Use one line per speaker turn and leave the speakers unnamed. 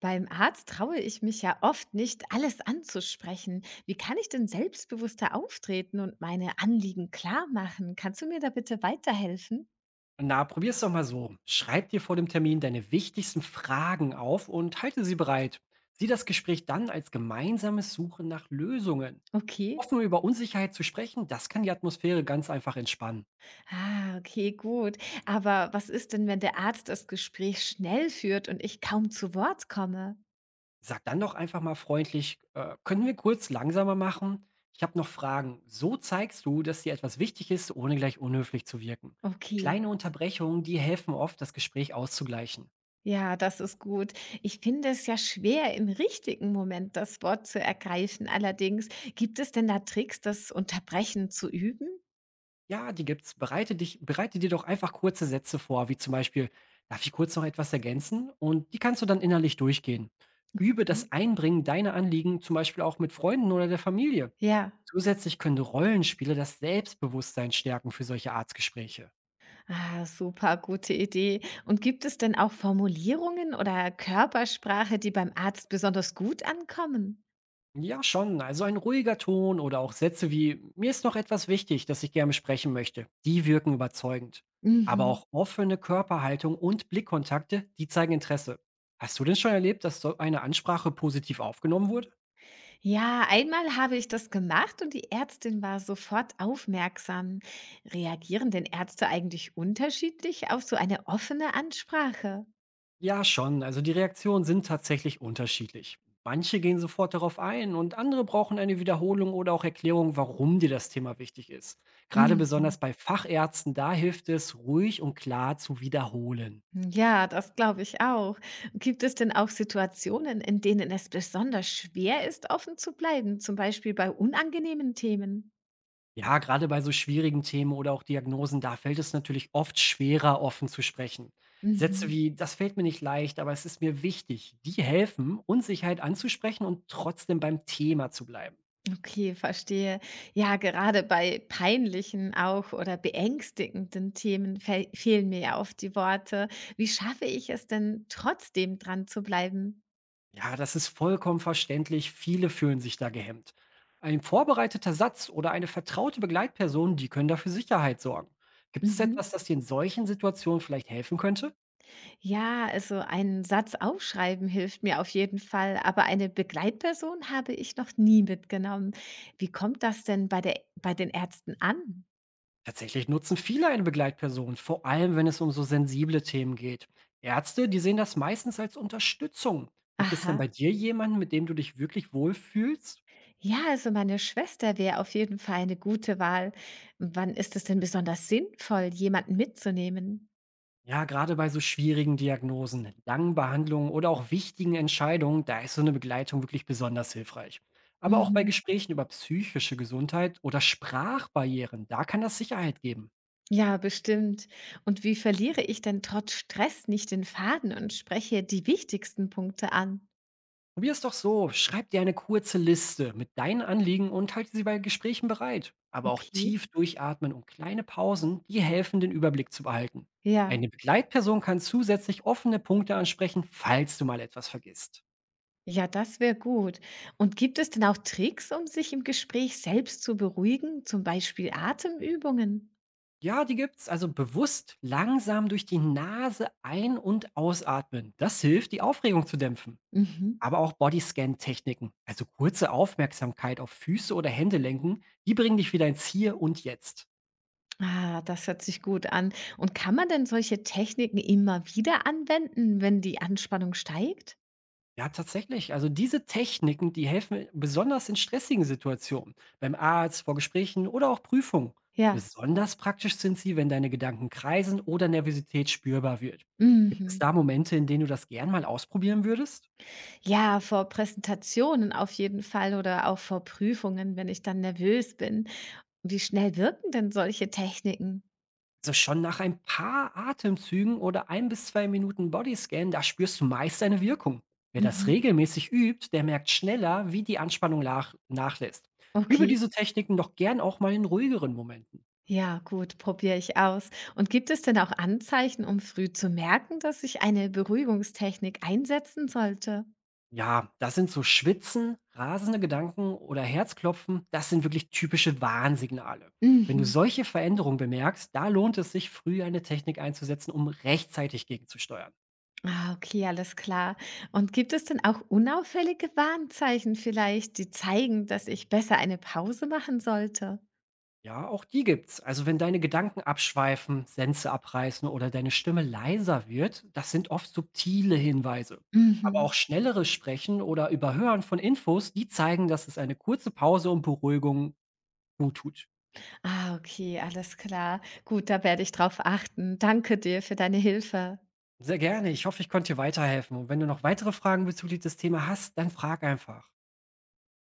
Beim Arzt traue ich mich ja oft nicht, alles anzusprechen. Wie kann ich denn selbstbewusster auftreten und meine Anliegen klar machen? Kannst du mir da bitte weiterhelfen?
Na, probier's doch mal so. Schreib dir vor dem Termin deine wichtigsten Fragen auf und halte sie bereit. Sieh das Gespräch dann als gemeinsames Suchen nach Lösungen.
Okay.
Offen über Unsicherheit zu sprechen, das kann die Atmosphäre ganz einfach entspannen.
Ah, okay, gut. Aber was ist denn, wenn der Arzt das Gespräch schnell führt und ich kaum zu Wort komme?
Sag dann doch einfach mal freundlich, können wir kurz langsamer machen? Ich habe noch Fragen. So zeigst du, dass dir etwas wichtig ist, ohne gleich unhöflich zu wirken.
Okay.
Kleine Unterbrechungen, die helfen oft, das Gespräch auszugleichen.
Ja, das ist gut. Ich finde es ja schwer, im richtigen Moment das Wort zu ergreifen. Allerdings, gibt es denn da Tricks, das Unterbrechen zu üben?
Ja, die gibt's. Bereite dir doch einfach kurze Sätze vor, wie zum Beispiel: „Darf ich kurz noch etwas ergänzen?“ Und die kannst du dann innerlich durchgehen. Übe
Okay.
das Einbringen deiner Anliegen zum Beispiel auch mit Freunden oder der Familie.
Ja.
Zusätzlich können Rollenspiele das Selbstbewusstsein stärken für solche Arztgespräche.
Ah, super gute Idee. Und gibt es denn auch Formulierungen oder Körpersprache, die beim Arzt besonders gut ankommen?
Ja, schon. Also ein ruhiger Ton oder auch Sätze wie Mir ist noch etwas wichtig, das ich gerne sprechen möchte. Die wirken überzeugend. Aber
Mhm.
auch offene Körperhaltung und Blickkontakte, die zeigen Interesse. Hast du denn schon erlebt, dass so eine Ansprache positiv aufgenommen wurde?
Ja, einmal habe ich das gemacht und die Ärztin war sofort aufmerksam. Reagieren denn Ärzte eigentlich unterschiedlich auf so eine offene Ansprache?
Ja, schon. Also die Reaktionen sind tatsächlich unterschiedlich. Manche gehen sofort darauf ein und andere brauchen eine Wiederholung oder auch Erklärung, warum dir das Thema wichtig ist. Gerade
Mhm.
besonders bei Fachärzten, da hilft es, ruhig und klar zu wiederholen.
Ja, das glaube ich auch. Gibt es denn auch Situationen, in denen es besonders schwer ist, offen zu bleiben, zum Beispiel bei unangenehmen Themen?
Ja, gerade bei so schwierigen Themen oder auch Diagnosen, da fällt es natürlich oft schwerer, offen zu sprechen. Sätze
Mhm.
wie, das fällt mir nicht leicht, aber es ist mir wichtig, die helfen, Unsicherheit anzusprechen und trotzdem beim Thema zu bleiben.
Okay, verstehe. Ja, gerade bei peinlichen auch oder beängstigenden Themen fe fehlen mir ja oft die Worte. Wie schaffe ich es denn trotzdem dran zu bleiben?
Ja, das ist vollkommen verständlich. Viele fühlen sich da gehemmt. Ein vorbereiteter Satz oder eine vertraute Begleitperson, die können dafür Sicherheit sorgen. Gibt es
Mhm.
etwas, das dir in solchen Situationen vielleicht helfen könnte?
Ja, also einen Satz aufschreiben hilft mir auf jeden Fall, aber eine Begleitperson habe ich noch nie mitgenommen. Wie kommt das denn bei den Ärzten an?
Tatsächlich nutzen viele eine Begleitperson, vor allem wenn es um so sensible Themen geht. Ärzte, die sehen das meistens als Unterstützung. Gibt es denn
Aha.
bei dir jemanden, mit dem du dich wirklich wohlfühlst?
Ja, also meine Schwester wäre auf jeden Fall eine gute Wahl. Wann ist es denn besonders sinnvoll, jemanden mitzunehmen?
Ja, gerade bei so schwierigen Diagnosen, langen Behandlungen oder auch wichtigen Entscheidungen, da ist so eine Begleitung wirklich besonders hilfreich. Aber auch bei
Mhm.
Gesprächen über psychische Gesundheit oder Sprachbarrieren, da kann das Sicherheit geben.
Ja, bestimmt. Und wie verliere ich denn trotz Stress nicht den Faden und spreche die wichtigsten Punkte an?
Probier's doch so. Schreib dir eine kurze Liste mit deinen Anliegen und halte sie bei Gesprächen bereit. Aber auch
Okay.
tief durchatmen und kleine Pausen, die helfen, den Überblick zu behalten.
Ja.
Eine Begleitperson kann zusätzlich offene Punkte ansprechen, falls du mal etwas vergisst.
Ja, das wäre gut. Und gibt es denn auch Tricks, um sich im Gespräch selbst zu beruhigen, zum Beispiel Atemübungen?
Ja, die gibt's. Also bewusst langsam durch die Nase ein- und ausatmen. Das hilft, die Aufregung zu dämpfen.
Mhm.
Aber auch Bodyscan-Techniken, also kurze Aufmerksamkeit auf Füße oder Hände lenken, die bringen dich wieder ins Hier und Jetzt.
Ah, das hört sich gut an. Und kann man denn solche Techniken immer wieder anwenden, wenn die Anspannung steigt?
Ja, tatsächlich. Also diese Techniken, die helfen besonders in stressigen Situationen, beim Arzt, vor Gesprächen oder auch Prüfungen.
Ja.
Besonders praktisch sind sie, wenn deine Gedanken kreisen oder Nervosität spürbar wird. Gibt es
Mhm.
da Momente, in denen du das gern mal ausprobieren würdest?
Ja, vor Präsentationen auf jeden Fall oder auch vor Prüfungen, wenn ich dann nervös bin. Wie schnell wirken denn solche Techniken?
Also schon nach ein paar Atemzügen oder 1 bis 2 Minuten Bodyscan, da spürst du meist eine Wirkung. Wer das
Mhm.
regelmäßig übt, der merkt schneller, wie die Anspannung nachlässt. Übe
Okay.
diese Techniken doch gern auch mal in ruhigeren Momenten.
Ja, gut, probiere ich aus. Und gibt es denn auch Anzeichen, um früh zu merken, dass ich eine Beruhigungstechnik einsetzen sollte?
Ja, das sind so Schwitzen, rasende Gedanken oder Herzklopfen, das sind wirklich typische Warnsignale. Wenn du
Mhm.
solche Veränderungen bemerkst, da lohnt es sich, früh eine Technik einzusetzen, um rechtzeitig gegenzusteuern.
Ah, okay, alles klar. Und gibt es denn auch unauffällige Warnzeichen vielleicht, die zeigen, dass ich besser eine Pause machen sollte?
Ja, auch die gibt's. Also wenn deine Gedanken abschweifen, Sense abreißen oder deine Stimme leiser wird, das sind oft subtile Hinweise. Aber auch
Mhm.
schnelleres Sprechen oder Überhören von Infos, die zeigen, dass es eine kurze Pause und Beruhigung gut tut.
Ah, okay, alles klar. Gut, da werde ich drauf achten. Danke dir für deine Hilfe.
Sehr gerne. Ich hoffe, ich konnte dir weiterhelfen. Und wenn du noch weitere Fragen bezüglich des Themas hast, dann frag einfach.